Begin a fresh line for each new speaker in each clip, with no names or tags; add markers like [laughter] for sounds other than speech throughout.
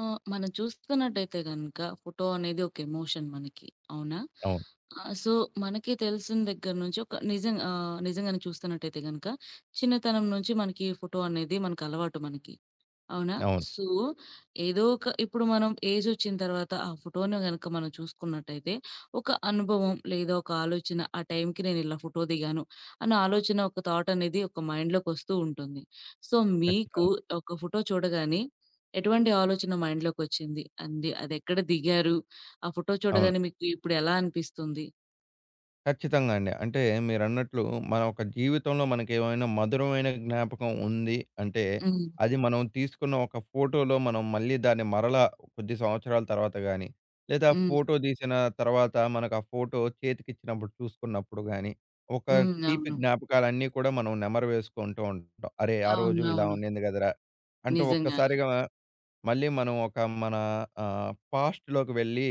ఆ! మనం చూస్తున్నట్టయితే గనక ఫోటో అనేది ఒక ఎమోషన్ మనకి. అవునా?
అవును.
సో, మనకి తెలిసిన దగ్గర నుంచి ఒక నిజంగా నిజంగానే చూస్తున్నట్టయితే గనక చిన్నతనం నుంచి మనకి ఫోటో అనేది మనకు అలవాటు మనకి. అవునా?
అవును.
సో, ఏదో ఒక ఇప్పుడు మనం ఏజొచ్చిన తర్వాత ఆ ఫోటోను గనక మనం చూసుకున్నట్టయితే, ఒక అనుభవం లేదా ఒక ఆలోచన ఆ టైంకి నేనిలా ఫోటో దిగాను అన్న ఆలోచన ఒక థాట్ అనేది ఒక మైండ్‌లోకొస్తూ ఉంటుంది. సో, మీకు
ఖచ్చితంగా.
ఒక ఫోటో చూడగానే ఎటువంటి ఆలోచన మైండ్‌లోకొచ్చింది? అండి అదెక్కడ దిగారు? ఆ ఫోటో
అవును.
చూడగానే మీకు ఇప్పుడెలా అనిపిస్తుంది?
ఖచ్చితంగా అండి. అంటే మీరన్నట్లు మన ఒక జీవితంలో మనకేమైనా మధురమైన జ్ఞాపకం ఉంది అంటే,
హ్మ్.
అది మనం తీసుకున్న ఒక ఫోటోలో మనం మళ్ళీ దాన్ని మరలా కొద్ది సంవత్సరాల తర్వాత గాని, లేదా
హ్మ్.
ఫోటో తీసిన తర్వాత మనకు ఆ ఫోటో చేతికిచ్చినప్పుడు చూసుకున్నప్పుడు గాని, ఒక
హ్మ్.
తీపి
అవును.
జ్ఞాపకాలన్నీ కూడా మనం నెమరు వేసుకుంటూ ఉంటాం. అరే! ఆ
అవును.
రోజు ఇలా
అవును.
ఉండింది గదరా! అంటూ
నిజంగానే.
ఒక్కసారిగా మళ్ళీ మనం ఒక మన పాస్ట్‌లోకి వెళ్ళి,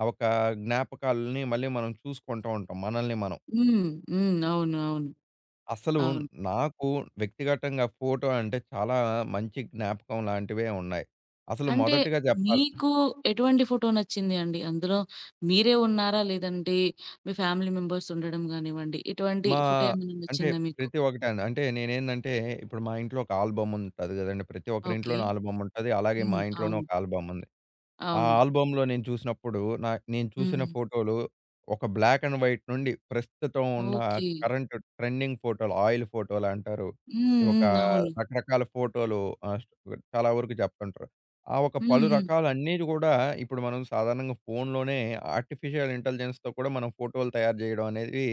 ఆ ఒక జ్ఞాపకాలని మళ్ళీ మనం చూసుకుంటూ ఉంటాం మనల్ని మనం.
హ్మ్. హ్మ్. అవును. అవును.
అసలు
అవును.
నాకు వ్యక్తిగతంగా ఫోటో అంటే చాలా మంచి జ్ఞాపకం లాంటివే ఉన్నాయి. అసలు
అంటే
మొదటగా చెప్పాలి
మీకు ఎటువంటి ఫోటో నచ్చింది అండి? అందులో మీరే ఉన్నారా? లేదంటే మీ ఫ్యామిలీ మెంబర్స్ ఉండడం గానివ్వండి, ఇటువంటి
మా
ఫోటో ఏమైనా
అంటే
నచ్చిందా మీకు?
ప్రతి ఒక్కటండి. అంటే నేనేందంటే ఇప్పుడు మా ఇంట్లో ఒక ఆల్బమ్ ఉంటది గదండీ! ప్రతి ఒక్కరి
ఓకే.
ఇంట్లోనూ ఆల్బమ్ ఉంటది. అలాగే
హ్మ్.
మా ఇంట్లోనూ
అవును.
ఒక ఆల్బమ్ ఉంది. ఆ
అవును.
ఆల్బమ్‌లో నేను చూసినప్పుడు, నేను చూసిన
హ్మ్.
ఫోటోలు ఒక బ్లాక్ అండ్ వైట్ నుండి ప్రస్తుతం ఉన్న
ఓకే.
కరెంట్ ట్రెండింగ్ ఫోటోలు, ఆయిల్ ఫోటోలంటారు.
హ్మ్.
ఒక
హ్మ్. అవును.
రకరకాల ఫోటోలు ఆహ్, చాలా వరకు చెప్తుంటారు. ఆ ఒక
హ్మ్.
పలు
హ్మ్.
రకాలన్నీ కూడా ఇప్పుడు మనం సాధారణంగా ఫోన్‌లోనే ఆర్టిఫిషియల్ ఇంటెలిజెన్స్‌తో కూడా మనం ఫోటోలు తయారు చేయడం అనేది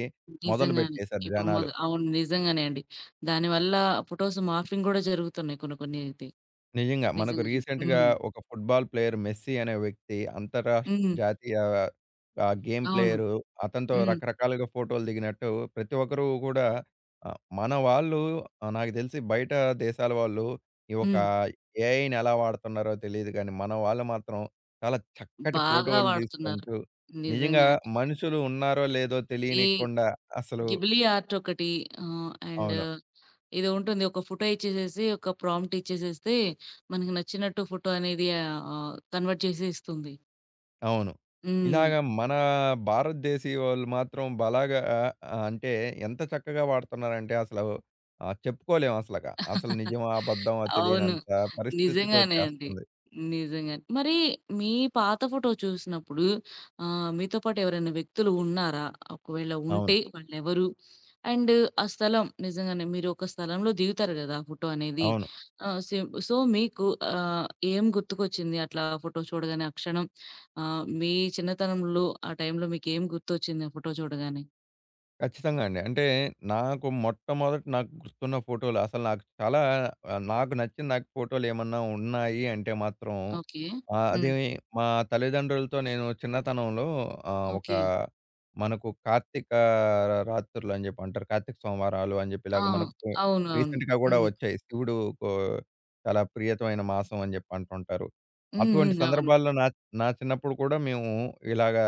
నిజంగానే.
మొదలుపెట్టేసారు
ఇప్పుడు మొద
జనాలు.
అవును. నిజంగానే అండి. దానివల్ల ఫోటోస్ మార్ఫింగ్ గూడా జరుగుతున్నాయి కొన్ని కొన్ని అయితే.
నిజంగా. మనకు
నిజంగానే.
రీసెంట్‌గా
హ్మ్.
ఒక ఫుట్‌బాల్ ప్లేయర్ మెస్సీ అనే వ్యక్తి అంతర్రాష్ట్ర
హ్మ్.
జాతీయ గేమ్
అవును.
ప్లేయరు. అతనితో
హ్మ్.
రకరకాలుగా ఫోటోలు దిగినట్టు ప్రతి ఒక్కరు కూడా మన వాళ్ళు నాకు తెలిసి బయట దేశాల వాళ్ళు ఈ ఒక
హ్మ్.
ఏఐని ఎలా వాడుతున్నారో తెలీదు గానీ, మన వాళ్ళు మాత్రం చాలా చక్కటి
బాగా
ఫోటోలు
వాడుతున్నారు.
తీసుకుంటూ నిజంగా
నిజంగానే.
మనుషులు ఉన్నారో లేదో
ఈ
తెలియనికుండా అసలు
గిబ్లీ ఆర్ట్ ఒకటి అండ్
అవును.
ఏదో ఉంటుంది. ఒక ఫోటో ఇచ్చేసేసి, ఒక ప్రాంప్ట్ ఇచ్చేసేస్తే, మనకి నచ్చినట్టు ఫోటో అనేది కన్వర్ట్ చేసి ఇస్తుంది.
అవును.
హ్మ్.
ఇలాగ మన భారతదేశీయోళ్ళు మాత్రం బలాగా అంటే ఎంత చక్కగా వాడుతున్నారంటే అసలు చెప్పుకోలేం అసలక. అసలు నిజమా? అబద్ధమా?
అవును.
తెలియనంత
నిజంగానే అండి.
పరిస్థితికొచ్చేస్తుంది.
నిజంగానే. మరి మీ పాత ఫోటో చూసినప్పుడు మీతో పాటు ఎవరైనా వ్యక్తులు ఉన్నారా? ఒకవేళ
అవును.
ఉంటే వాళ్ళెవరు? అండ్ ఆ స్థలం నిజంగానే మీరు ఒక స్థలంలో దిగుతారు గదా! ఆ ఫోటో అనేది.
అవును.
సేమ్ సో, మీకు ఆహ్, ఏం గుర్తుకొచ్చింది అట్లా ఆ ఫోటో చూడగానే ఆ క్షణం? మీ చిన్నతనంలో ఆ టైంలో మీకేం గుర్తొచ్చింది ఆ ఫోటో చూడగానే?
ఖచ్చితంగా అండి. అంటే మొట్టమొదట నాకు గుర్తున్న ఫోటోలు అసలు నాకు చాలా నాకు నచ్చిన నాకు ఫోటోలేమన్నా ఉన్నాయి అంటే మాత్రం
ఓకే.
అది
హ్మ్.
మా తల్లిదండ్రులతో నేను చిన్నతనంలో ఒక
ఓకే.
మనకు కార్తీక రాత్రులు అని జెప్పి అంటారు. కార్తీక సోమవారాలు అని జెప్పి
ఆ!
ఇలాగ మనకు
అవునవును.
రీసెంట్‌గా గూడా
హ్మ్.
వచ్చాయి. శివుడుకు చాలా ప్రియతమైన మాసం అని జెప్పి అంటుంటారు.
హ్మ్.
అటువంటి
హ్మ్. అవును.
సందర్భాల్లో నా నా చిన్నప్పుడు కూడా మేము ఇలాగా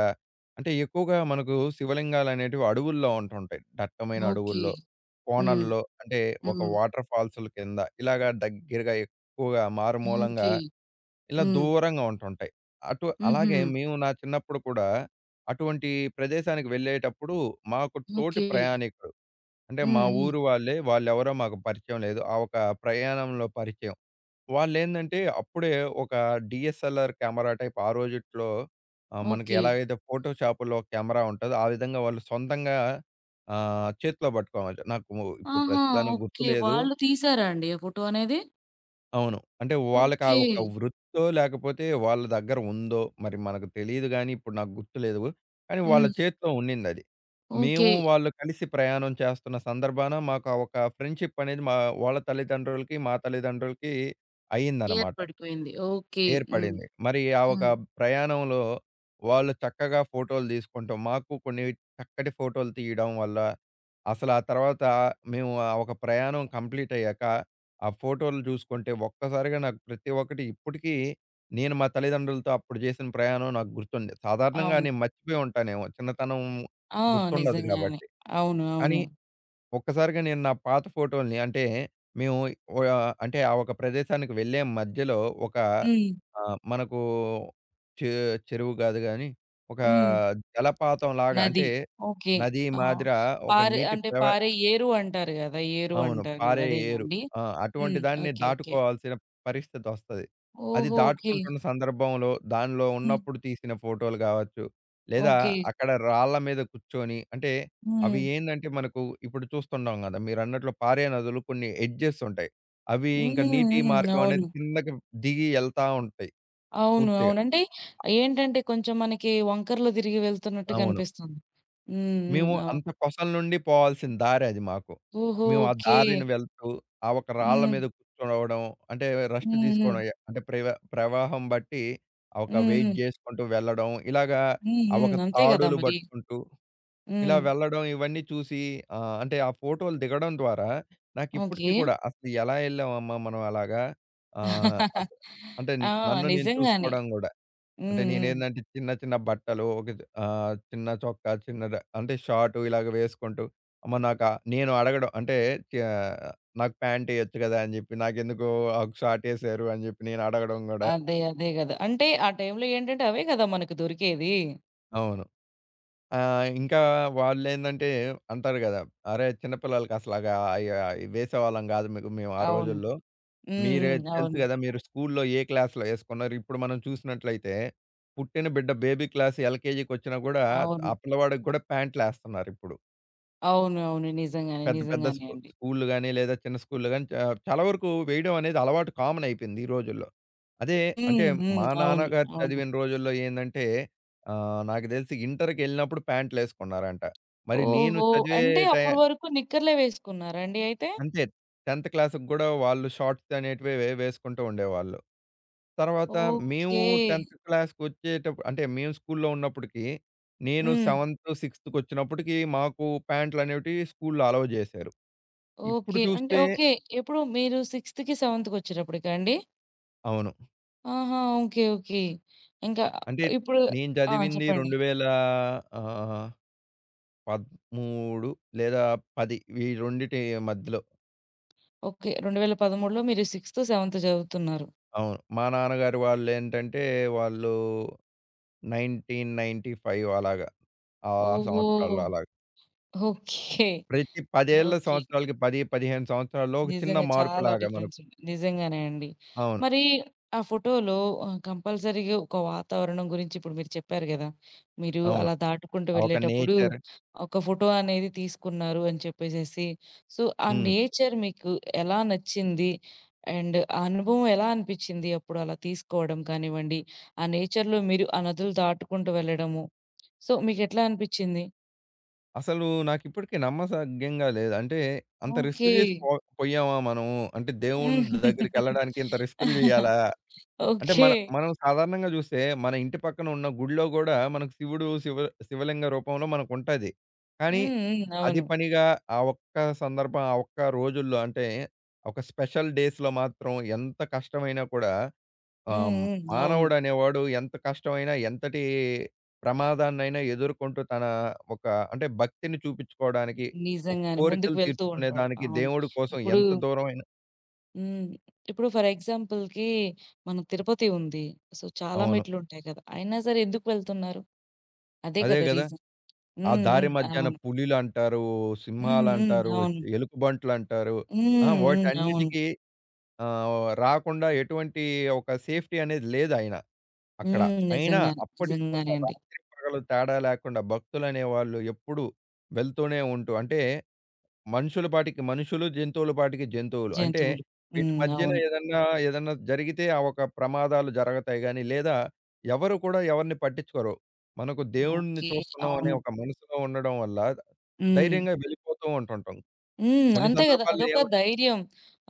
అంటే ఎక్కువగా మనకు శివలింగాలనేటివి అడవుల్లో ఉంటుంటాయి. దట్టమైన
ఓకే.
అడవుల్లో,
హ్మ్.
కోనల్లో అంటే ఒక
హ్మ్.
వాటర్ ఫాల్సుల కింద ఇలాగా దగ్గరగా ఎక్కువగా మారుమూలంగా
ఓకే.
ఇలా
హ్మ్.
దూరంగా ఉంటుంటాయి. అటు
హుహు.
అలాగే మేము నా చిన్నప్పుడు కూడా అటువంటి ప్రదేశానికి వెళ్ళేటప్పుడు మాకు తోటి
ఓకే.
ప్రయాణికుడు అంటే మా
హ్మ్. హ్మ్.
ఊరు వాళ్ళే వాళ్ళెవరో మాకు పరిచయం లేదు. ఆ ఒక ప్రయాణంలో పరిచయం. వాళ్ళేందంటే, అప్పుడే ఒక డీఎస్ఎల్ఆర్ కెమెరా టైప్ ఆ రోజుట్లో మనకి
ఓకే.
ఎలాగైతే ఫోటో షాపులో కెమెరా ఉంటదో, ఆ విధంగా వాళ్ళు సొంతంగా చేతిలో పట్టుకోవాలి. నాకు ఇప్పుడు
ఆహా!
ప్రస్తుతానికి
ఓకే.
గుర్తులేదు.
వాళ్ళు తీసారా అండి ఆ ఫోటో అనేది?
అవును. అంటే వాళ్ళకి ఆ
ఓకే.
ఒక వృత్తో, లేకపోతే వాళ్ళ దగ్గర ఉందో మరి మనకు తెలీదు గానీ, ఇప్పుడు నాకు గుర్తులేదు. కానీ వాళ్ళ
హ్మ్.
చేతిలో ఉండిందది.
ఓకే.
మేము వాళ్ళు కలిసి ప్రయాణం చేస్తున్న సందర్భాన మాకు ఆ ఒక ఫ్రెండ్‌షిప్ అనేది మా వాళ్ళ తల్లిదండ్రులకి, మా తల్లిదండ్రులకి అయిందనమాట.
ఏర్పడిపోయింది. ఓకే. హ్మ్.
ఏర్పడింది. మరి ఆ ఒక
హ్మ్.
ప్రయాణంలో వాళ్ళు చక్కగా ఫోటోలు తీసుకుంటాం. మాకు కొన్ని చక్కటి ఫోటోలు తీయడం వల్ల, అసలు ఆ తర్వాత మేము ఆ ఒక ప్రయాణం కంప్లీట్ అయ్యాక, ఆ ఫోటోలు చూసుకుంటే ఒక్కసారిగా నాకు ప్రతి ఒక్కటి ఇప్పటికీ నేను మా తల్లిదండ్రులతో అప్పుడు చేసిన ప్రయాణం నాకు గుర్తుంది. సాధారణంగా
అవును.
నేను మర్చిపోయి ఉంటానేమో. చిన్నతనం
ఆ!
గుర్తుండదు
నిజంగానే.
కాబట్టి.
అవును.
కానీ
అవును.
ఒక్కసారిగా నేను నా పాత ఫోటోల్ని అంటే మేము ఓ- అంటే ఆ ఒక ప్రదేశానికి వెళ్ళే మధ్యలో ఒక
హ్మ్.
ఆ, మనకు చెరువు కాదు కానీ ఒక
హ్మ్.
జలపాతం లాగా
నది.
అంటే
ఓకే.
నది
ఆ!
మాదిర ఒక
పారే
నీటి
అంటే
ప్రవా
పారే ఏరు అంటారు గదా! ఏరు
అవును.
అంటారు.
పారే
అదేనా
ఏరు.
అండి?
ఆ!
హ్మ్.
అటువంటి దాన్ని
ఓకే. ఓకే.
దాటుకోవాల్సిన పరిస్థితొస్తది. అది
ఓహో! ఓకే.
దాటుకుంటున్న సందర్భంలో, దానిలో
హ్మ్.
ఉన్నప్పుడు తీసిన ఫోటోలు గావచ్చు, లేదా
ఓకే.
అక్కడ రాళ్ళ మీద కూర్చొని అంటే, అవి
హ్మ్.
ఏందంటే మనకు ఇప్పుడు చూస్తుంటాం గదా! మీరన్నట్లు పారే నదులు కొన్ని ఎడ్జెస్ ఉంటాయి. అవి
హ్మ్.
ఇంకా నీటి
హ్మ్.
మార్గం
అవును.
అనేది కిందకి దిగి ఎళ్తా ఉంటాయి
అవును.
పూర్తిగా.
అవును. అంటే ఏంటంటే కొంచెం మనకి వంకర్లో తిరిగి వెళ్తున్నట్టు
అవును.
కనిపిస్తుంది. హ్మ్. హ్మ్.
మేము అంత
అవును.
కొసల నుండి పోవాల్సిన దారది మాకు.
ఓహో!
మేము ఆ
ఓకే.
దారిన వెళ్తూ, ఆ ఒక రాళ్ళ
హ్మ్.
మీద కూర్చోవడం, అంటే రెస్ట్
హ్మ్. హ్మ్.
తీసుకోవడం అంటే ప్రవాహం బట్టి ఆ ఒక
హ్మ్.
వెయిట్
హ్మ్.
జేసుకుంటూ వెళ్ళడం, ఇలాగా
హ్మ్.
ఆ
హ్మ్.
ఒక
అంతే గదా!
తాడులు
మరి.
పట్టుకుంటూ, ఇలా
హ్మ్.
వెళ్ళడం ఇవన్నీ చూసి అంటే ఆ ఫోటోలు దిగడం ద్వారా నాకిప్పటికి
ఓకే.
కూడా అసలు ఎలా ఎళ్ళామమ్మా మనం అలాగా అసలు అంటే
ఆ!
నన్ను నేను
నిజంగానే.
చూసుకోవడం గూడా. అంటే
హ్మ్. హ్మ్.
నేనేందంటే చిన్న చిన్న బట్టలు ఒక చిన్న చొక్కా, చిన్న అంటే షార్ట్ ఇలాగ వేసుకుంటూ అమ్మ నాకా నేను అడగడం అంటే చ నాకు ప్యాంట్ ఎయొచ్చు కదా! అని జెప్పి నాకెందుకు ఆకు షార్ట్ ఎసారు అని జెప్పి నేను అడగడం గూడా.
అదే. అదే గదా! అంటే ఆ టైంలో ఏంటంటే అవే గదా! మనకు దొరికేది.
అవును. ఇంకా వాళ్ళేందంటే అంటారు గదా! "అరే! చిన్న పిల్లలకి అసలగా అయి వేసేవాళ్ళం గాదు మీకు మేము ఆ
అవును.
రోజుల్లో."
హ్మ్.
మీరే
హ్మ్.
తెలుసు
అవును.
గదా! మీరు స్కూల్లో ఏ క్లాస్‌లో ఏసుకున్నారు. ఇప్పుడు మనం చూసినట్లయితే, పుట్టిన బిడ్డ బేబీ క్లాస్ ఎల్‌కేజీకొచ్చినా గూడా,
అవును.
ఆ పిల్లవాడికి గూడా ప్యాంట్‌లేస్తన్నారిప్పుడు.
అవును. అవును. నిజంగానే.
పెద్ద పెద్ద
నిజంగానే అండి.
స్కూల్‌లు గాని, లేదా చిన్న స్కూల్‌లు గాని, చాలా వరకు వేయడం అనేది అలవాటు కామన్ అయిపోయింది ఈ రోజుల్లో. అదే అంటే
హ్మ్. హ్మ్.
మా
అవును.
నాన్నగారు
అవును.
చదివిన రోజుల్లో ఏందంటే, నాకు దెలిసి ఇంటర్‌కెళ్ళినప్పుడు ప్యాంట్‌లేసుకున్నారంట. మరి నేను
ఓహో!
చదివే
అంటే
టయ
అప్పటి వరకు నిక్కర్లే వేసుకున్నారా అండి అయితే?
అంతే 10థ్ క్లాస్‌కి గూడా వాళ్ళు షార్ట్స్ అనేటివే వేసుకుంటూ ఉండేవాళ్ళు. తర్వాత మేము
ఓకే.
10థ్ క్లాస్‌కొచ్చేటప్పుడు అంటే మేము స్కూల్లో ఉన్నప్పటికి, నేను
హ్మ్.
7థ్, 6థ్‌కొచ్చినప్పటికి మాకు ప్యాంట్లనేటివి స్కూల్లో అలౌ జేశారు. ఇప్పుడు
ఓకే. అంటే
చూస్తే
ఓకే. ఎప్పుడు మీరు 6థ్‌కి, 7థ్‌కొచ్చేటప్పటికా అండి?
అవును.
ఆహా! ఓకే. ఓకే. ఇంకా
అంటే
ఇప్పుడు
నేను
ఆ!
చదివింది
చెప్పండి.
2000 ఆహ్, 13 లేదా 10 ఈ రెండిటి మధ్యలో.
ఓకే. 2013లో మీరు 6థ్, 7థ్ చదువుతున్నారు.
అవును. మా నాన్నగారు వాళ్ళేంటంటే వాళ్ళు 1995 అలాగా. ఆ
ఓహో!
సంవత్సరాల్లో అలాగా. అంటే
ఓకే.
ప్రతి 10 ఏళ్ల
ఓకే.
సంవత్సరాలకి 10, 15 సంవత్సరాల్లో ఒక చిన్న
నిజంగా చాలా
మార్పులాగా
డిఫరెన్స్
మనకు
ఉంది. నిజంగానే అండి.
అవును.
మరి ఆ ఫోటోలో కంపల్సరీగా ఒక వాతావరణం గురించి ఇప్పుడు మీరు చెప్పారు గదా! మీరు
అవును.
అలా దాటుకుంటూ
ఆ ఒక
వెళ్ళేటప్పుడు
నేచర్
ఒక ఫోటో అనేది తీసుకున్నారు అని చెప్పేసేసి. సో, ఆ
హ్మ్.
నేచర్ మీకు ఎలా నచ్చింది? అండ్ ఆ అనుభవం ఎలా అనిపిచ్చింది? అప్పుడు అలా తీసుకోవడం కానివ్వండి, ఆ నేచర్‌లో మీరు ఆ నదులు దాటుకుంటూ వెళ్ళడము. సో, మీకెట్లా అనిపిచ్చింది?
అసలు నాకిప్పటికి నమ్మసగ్యంగా లేదు. అంటే అంత రిస్క్
ఓకే.
చేసి పోయామా మనం? అంటే దేవుని
[laughs] హ్మ్.
దగ్గరికెళ్ళడానికి ఇంత రిస్కులు చేయాలా? అంటే
ఓకే.
మనం సాధారణంగా చూస్తే మన ఇంటి పక్కన ఉన్న గుడిలో గూడా మనకు శివుడు శివ శివలింగ రూపంలో మనకుంటది. కానీ
హ్మ్. హ్మ్.
అది
అవును.
పనిగా ఆ ఒక్క సందర్భం, ఆ ఒక్క రోజుల్లో అంటే ఒక స్పెషల్ డేస్‌లో మాత్రం ఎంత కష్టమైనా కూడా
హ్మ్.
ఆహ్,
హ్మ్. అవును.
మానవుడనేవాడు ఎంత కష్టమైనా, ఎంతటి ప్రమాదాన్నైనా ఎదుర్కొంటూ తన ఒక అంటే భక్తిని చూపించుకోవడానికి, ఒక
నిజంగానే. ముందుకు
కోరికలు
వెళ్తూ ఉంటాడు.
తీర్చుకునేదానికి
అవును.
దేవుడి కోసం
ఇప్పుడు
ఎంత దూరమైన
హ్మ్. ఇప్పుడు ఫర్ ఎగ్జాంపుల్‌కి మన తిరుపతి ఉంది. సో, చాలా
అవును.
మెట్లుంటాయి కదా! అయినా సరే ఎందుకు వెళ్తున్నారు? అదే
అదే
కదా
గదా!
రీజన్.
ఆ
హ్మ్.
దారి
హ్మ్.
మధ్యాన
అవును.
పులులంటారు,
హ్మ్. హ్మ్.
సింహాలంటారు,
అవును.
ఎలుగుబంట్లంటారు. ఆ!
హ్మ్. హ్మ్. అవును.
వాటన్నిటికి రాకుండా ఎటువంటి ఒక సేఫ్టీ అనేది లేదాయన అక్కడ.
హ్మ్.
అయినా
నిజంగానే.
అప్పటికి కూడా
నిజంగానే అండి.
రాత్రి పగలు తేడా లేకుండా భక్తులనేవాళ్ళు ఎప్పుడూ వెళ్తూనే ఉంటూ అంటే మనుషుల పాటికి మనుషులు, జంతువుల పాటికి జంతువులు. అంటే
జంతువులు.
వీటి
హ్మ్.
మధ్యన
అవును.
ఏదన్నా జరిగితే ఆ ఒక ప్రమాదాలు జరగతాయి గానీ, లేదా ఎవరు కూడా ఎవరిని పట్టించుకోరు. మనకు దేవుడిని
ఓకే.
చూస్తున్నాం అనే
అవును.
ఒక మనసులో ఉండడం వల్ల
హ్మ్.
ధైర్యంగా వెళ్ళిపోతూ ఉంటుంటాం.
హ్మ్.
కొన్ని
అంతే గదా!
సందర్భాల్లో
అదొక ధైర్యం.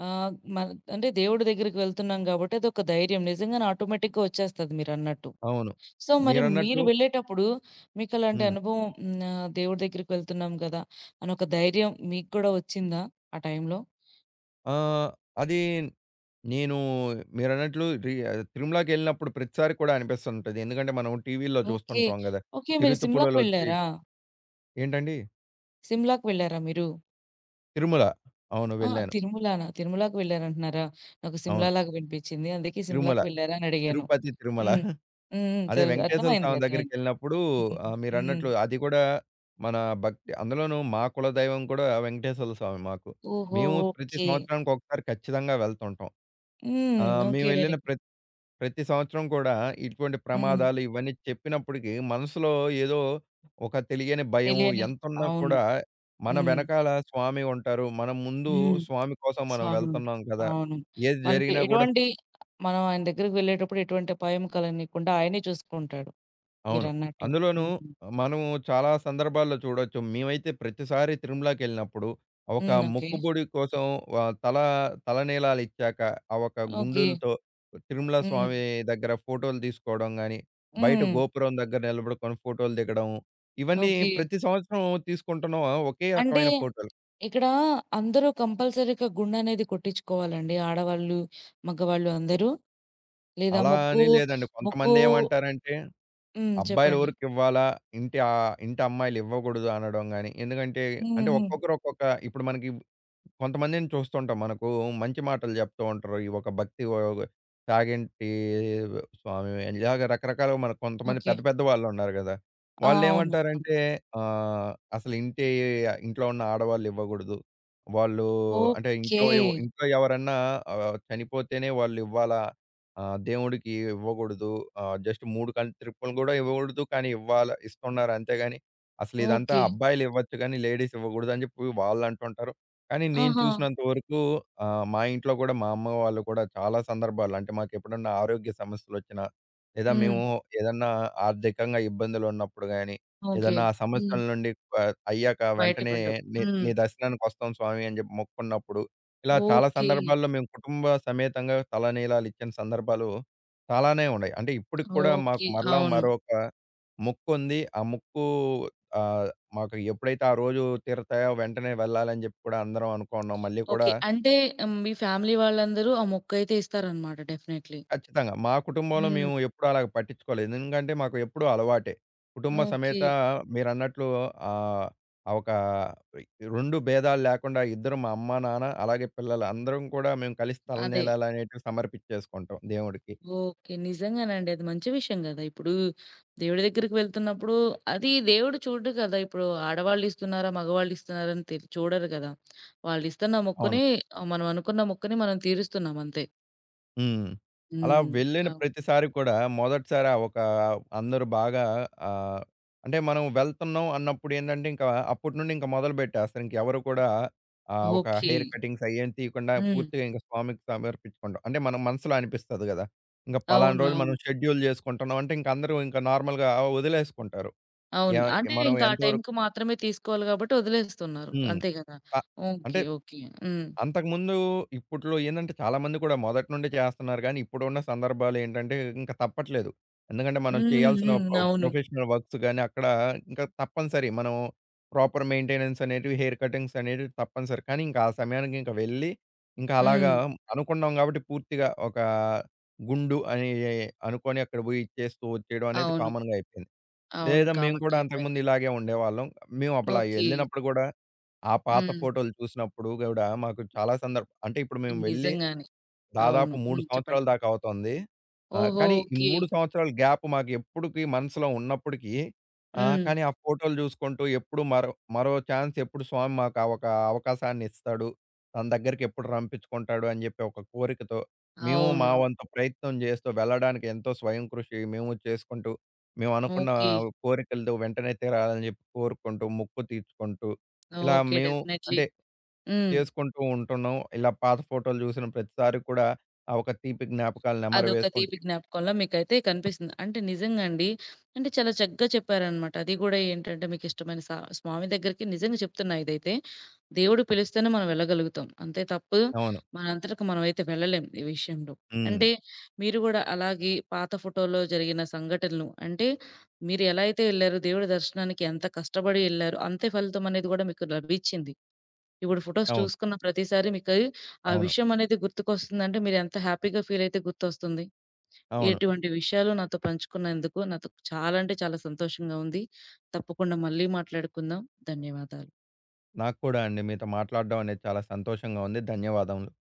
మన అంటే దేవుడి దగ్గరికి వెళ్తున్నాం గాబట్టి అదొక ధైర్యం. నిజంగానే ఆటోమేటిక్‌గా వచ్చేస్తది మీరన్నట్టు.
అవును.
సో, మరి మీరు
మీరన్నట్లు
వెళ్ళేటప్పుడు మీకలాంటి
హ్మ్.
అనుభవం హ్మ్. దేవుడి దగ్గరికి వెళ్తున్నాం గదా! అనొక ధైర్యం మీకు కూడా వచ్చిందా ఆ టైంలో?
ఆహ్, అది నేను మీరన్నట్లు తిరుమలకెళ్ళినప్పుడు ప్రతిసారి కూడా అనిపిస్తుంటది. ఎందుకంటే మనం టీవీల్లో
ఓకే.
చూస్తుంటాం గదా!
ఓకే. మీరు సిమ్లాకి
చిరుతపులులొచ్చి
వెళ్లారా?
ఏంటండి?
సిమ్లాకి వెళ్లారా మీరు?
తిరుమల. అవును.
ఆ!
వెళ్ళాను.
తిరుమలానా? తిరుమలాకి వెళ్లారంటున్నారా? నాకు సిమ్లా
అవును.
లాగా వినిపించింది. అందుకే
తిరుమల.
సిమ్లాకి వెళ్లారా అని అడిగాను.
తిరుపతి, తిరుమల.
హ్మ్. హ్మ్. హ్మ్.
అదే
తెల్
వెంకటేశ్వర
అర్థమైంది.
స్వామి
అర్థమైంది.
దగ్గరికెళ్ళినప్పుడు
హ్మ్. హ్మ్.
మీరన్నట్లు అది కూడా మన భక్తి అందులోనూ మా కులదైవం కూడా వెంకటేశ్వర స్వామి మాకు.
ఓహో!
మేము ప్రతి
ఓకే.
సంవత్సరానికి ఒకసారి ఖచ్చితంగా వెళ్తుంటాం.
హ్మ్. ఓకే. వెరీ
మేమెళ్ళిన
గుడ్.
ప్రతి ప్రతి సంవత్సరం కూడా ఇటువంటి
హ్మ్.
ప్రమాదాలు ఇవన్నీ చెప్పినప్పటికి మనసులో ఏదో ఒక తెలియని భయం
తెలియని
ఎంతున్నా
అవును.
కూడా మన
హ్మ్.
వెనకాల స్వామి ఉంటారు. మనం ముందు
హ్మ్.
స్వామి కోసం మనం
స్వామి ఉంటారు.
వెళ్తున్నాం కదా!
అవును.
ఏది
మనకి
జరిగినా కూడా
ఎటువంటి మనం ఆయన దగ్గరికి వెళ్ళేటప్పుడు ఎటువంటి అపాయం కలగనీయకుండా ఆయనే చూసుకుంటాడు
అవును.
మీరన్నట్టు.
అందులోనూ
హ్మ్.
మనము చాలా సందర్భాల్లో చూడొచ్చు. మేమైతే ప్రతిసారి తిరుమలకెళ్ళినప్పుడు ఒక
హ్మ్. ఓకే.
మొక్కుబడి కోసం ఆహ్, తల తలనీలాలిచ్చాక ఆ ఒక
ఓకే.
గుండులతో తిరుమల
హ్మ్.
స్వామి దగ్గర ఫోటోలు తీసుకోవడం గాని, బయట
హ్మ్.
గోపురం దగ్గర నిలబడుకొని ఫోటోలు దిగడం. ఇవన్నీ
ఓకే.
ప్రతి సంవత్సరం తీసుకుంటున్నాం ఒకే
అంటే
రకమైన ఫోటోలు.
ఇక్కడ అందరూ కంపల్సరీగా గుండనేది కొట్టించుకోవాలండి. ఆడవాళ్ళు, మగవాళ్ళు అందరూ? లేదా
అలా
మొక్కు
అని లేదండి.
మొక్కు
కొంతమందేమంటారంటే
హ్మ్.
అబ్బాయిలు
చెప్పండి.
ఊరికివ్వాలా? ఇంటి అమ్మాయిలు ఇవ్వకూడదు అనడం గాని. ఎందుకంటే
హ్మ్.
అంటే
హ్మ్.
ఒక్కొక్కరు ఒక్కొక్క ఇప్పుడు మనకి కొంతమందిని చూస్తుంటాం. మనకు మంచి మాటలు చెప్తూ ఉంటారు. ఈ ఒక భక్తి ఓగ సాగింటి స్వామి ఇలాగ రకరకాలుగా మనకు కొంతమంది
ఓకే.
పెద్ద పెద్ద వాళ్ళున్నారు గదా!
అవునవును.
వాళ్ళేమంటారంటే అసలు ఇంట్లో ఉన్న ఆడవాళ్ళు ఇవ్వగూడదు. వాళ్ళు అంటే
ఓకే.
ఇంట్లో ఎవరన్నా చనిపోతేనే వాళ్ళు ఇవ్వాలా దేవుడికి ఇవ్వగూడదు. జస్ట్ 3 కంట్రిప్పులు గూడా ఇవ్వగూడదు. కానీ ఇవ్వాల ఇస్తున్నారు అంతేగాని అసలు ఇదంతా
ఓకే.
అబ్బాయిలు ఇవ్వచ్చు గానీ లేడీస్ ఇవ్వగూడదు అని జెప్పి వాళ్ళంటుంటారు. కానీ నేను
ఆహా!
చూసినంత వరకు మా ఇంట్లో కూడా మా అమ్మ వాళ్ళు కూడా చాలా సందర్భాల్లో అంటే మాకెప్పుడన్నా ఆరోగ్య సమస్యలొచ్చినా, లేదా
హ్మ్.
మేము ఏదన్నా ఆర్థికంగా ఇబ్బందులున్నప్పుడు గాని,
ఓకే.
ఏదన్నా ఆ
హ్మ్.
సమస్యల నుండి అయ్యాక వెంటనే
బయటపడ్డావు.
నీ
హ్మ్.
నీ దర్శనానికొస్తాం స్వామి అని జెప్పి మొక్కుకున్నప్పుడు, ఇలా చాలా
ఓకే.
సందర్భాల్లో మేము కుటుంబ సమేతంగా తలనీలాలిచ్చిన సందర్భాలు చాలానే ఉన్నాయి. అంటే ఇప్పటికి కూడా మాకు
ఓకే.
మరలా
అవును.
మరొక మొక్కుంది. ఆ మొక్కు ఆహ్ మాకు ఎప్పుడైతే ఆ రోజు తీరతాయో వెంటనే వెళ్ళాలని జెప్పి కూడా అందరం అనుకున్నాం. మళ్ళీ కూడా
ఓకే. అంటే హ్మ్, మీ ఫ్యామిలీ వాళ్ళందరూ ఆ మొక్కయితే ఇస్తారనమాట డెఫినైట్‌లీ.
ఖచ్చితంగా. మా కుటుంబంలో
హ్మ్.
మేము ఎప్పుడు అలాగ పట్టించుకోలేదు. ఎందుకంటే మాకు ఎప్పుడూ అలవాటే. కుటుంబ
ఓకే.
సమేత మీరన్నట్లు ఆహ్, ఆ ఆ ఒక 2 భేదాలు లేకుండా ఇద్దరం మా అమ్మ, నాన్న అలాగే పిల్లలు అందరం కూడా మేము కలిసి
అదే.
తలనీలాలనేటివి సమర్పించేసుకుంటాం దేవుడికి.
ఓకే. నిజంగానండి. అది మంచి విషయం గదా! ఇప్పుడు దేవుడి దగ్గరికి వెళ్తున్నప్పుడు అది దేవుడు చూడడు కదా! ఇప్పుడు ఆడవాళ్ళిస్తున్నారా, మగవాళ్ళిస్తున్నారా అని తెల్ చూడరు గదా! వాళ్ళిస్తున్న
అవును.
మొక్కుని మనం అనుకున్న మొక్కుని మనం తీరుస్తున్నాం అంతే.
హ్మ్. అలా
హ్మ్.
వెళ్ళిన
అవును.
ప్రతిసారి కూడా మొదటిసారి ఆ ఒక అందరూ బాగా ఆహ్, అంటే మనం వెళ్తున్నాం అన్నప్పుడు ఏందంటే ఇంకా అప్పటి నుండి ఇంకా మొదలుపెట్టేస్తారు. ఇంకెవరు కూడా ఒక
ఓకే.
హెయిర్ కటింగ్స్ అయ్యేం తీయకుండా
హ్మ్.
పూర్తిగా ఇంక స్వామికి సమర్పించుకుంటాం. అంటే మన మనసులో అనిపిస్తది గదా! ఇంక పలానా
అవును.
రోజు మనం
అవును.
షెడ్యూల్ జేసుకుంటున్నాం అంటే ఇంక అందరూ ఇంక నార్మల్‌గా వదిలేసుకుంటారు. య
అవును. అంటే
మనం
ఇంకా ఆ
ఎంతవరకు
టైంకి మాత్రమే తీసుకోవాలి కాబట్టి వదిలేస్తున్నారు.
హ్మ్.
అంతే కదా!
అ అంటే
ఓకే. ఓకే. హ్మ్.
అంతకుముందు ఇప్పట్లో ఏందంటే చాలామంది కూడా మొదటి నుండి చేస్తన్నారు గానీ, ఇప్పుడున్న సందర్భాలేంటంటే ఇంక తప్పట్లేదు. ఎందుకంటే మనం
హ్మ్.
చేయాల్సిన
హ్మ్. అవును.
ప్రొఫెషనల్ వర్క్స్ గానీ, అక్కడ ఇంకా తప్పనిసరి. మనం ప్రాపర్ మెయింటెనెన్స్ అనేటివి, హెయిర్ కటింగ్స్ అనేటివి తప్పనిసరి. కానీ ఇంకా ఆ సమయానికి ఇంక వెళ్ళి, ఇంకా
హ్మ్.
అలాగా అనుకున్నాం కాబట్టి పూర్తిగా ఒక గుండు అని అనుకోని అక్కడ పోయి ఇచ్చేస్తూ వచ్చేయడం అనేది
అవును.
కామన్‌గా అయిపోయింది.
అవును.
లేదా మేము
కామన్
కూడా
అయిపోయింది.
అంతకుముందు ఇలాగే ఉండేవాళ్ళం. మేము అప్పుడు
ఓకే.
వెళ్ళినప్పుడు కూడా ఆ పాత
హ్మ్.
ఫోటోలు చూసినప్పుడు గూడా మాకు చాలా సందర్భ అంటే ఇప్పుడు మేము వెళ్ళి,
నిజంగానే. అవును.
దాదాపు 3
హ్మ్.
సంవత్సరాల
చెప్పండి.
దాకా అవుతోంది.
ఓహో!
కానీ ఈ
ఓకే.
3 సంవత్సరాల గ్యాప్ మాకు ఎప్పుడుకి మనసులో ఉన్నప్పటికీ
హ్మ్.
కానీ ఆ ఫోటోలు జూసుకుంటూ ఎప్పుడు మరో మరో ఛాన్స్ ఎప్పుడు స్వామి మాకు ఆ ఒక అవకాశాన్ని ఇస్తాడు. తన దగ్గరికి ఎప్పుడు రంపించుకుంటాడు అని జెప్పి ఒక కోరికతో మేము
అవును.
మా
అవును.
వంతు ప్రయత్నం జేస్తూ వెళ్ళడానికి ఎంతో స్వయం కృషి మేము చేసుకుంటూ, మేము అనుకున్న
ఓకే.
కోరికలు వెంటనే తీరాలని జెప్పి కోరుకుంటూ, మొక్కు తీర్చుకుంటూ ఇలా
ఓకే.
మేము
డెఫినైట్‌లీ.
అంటే
హ్మ్.
చేసుకుంటూ ఉంటున్నాం. ఇలా పాత ఫోటోలు జూసిన ప్రతిసారి కూడా ఆ ఒక తీపి జ్ఞాపకాలు
అదొక
నెమరవేసుకుంటూ
తీపి జ్ఞాపకంలా మీకైతే కనిపిస్తుంది. అంటే నిజంగా అండి. అంటే చాలా చక్కగా చెప్పారనమాట. అది గూడా ఏంటంటే మీకిష్టమైన సా స్వామి దగ్గరికి నిజంగా చెప్తున్నా ఇదైతే. దేవుడు పిలిస్తేనే మనం వెళ్ళగలుగుతాం. అంతే తప్పు
అవును.
మనంతటకి మనమైతే వెళ్ళలేం ఈ విషయంలో.
హ్మ్.
అంటే మీరు గూడా అలాగే పాత ఫోటోలో జరిగిన సంఘటనలు అంటే మీరు ఎలా అయితే ఎళ్లారో దేవుడి దర్శనానికి ఎంత కష్టపడి ఎళ్లారో అంతే ఫలితం అనేది గూడా మీకు లభించింది. ఇప్పుడు ఫోటోస్
అవును.
చూసుకున్న ప్రతిసారి మీకు ఆ
అవును.
విషయం అనేది గుర్తుకొస్తుందంటే మీరెంత హ్యాపీగా ఫీల్ అయితే గుర్తొస్తుంది?
అవును.
ఇటువంటి విషయాలు నాతో పంచుకున్నందుకు నాతో చాలా అంటే చాలా సంతోషంగా ఉంది. తప్పకుండా మళ్ళీ మాట్లాడుకుందాం. ధన్యవాదాలు.
నాకు కూడా అండి. మీతో మాట్లాడడం అనేది చాలా సంతోషంగా ఉంది. ధన్యవాదములు.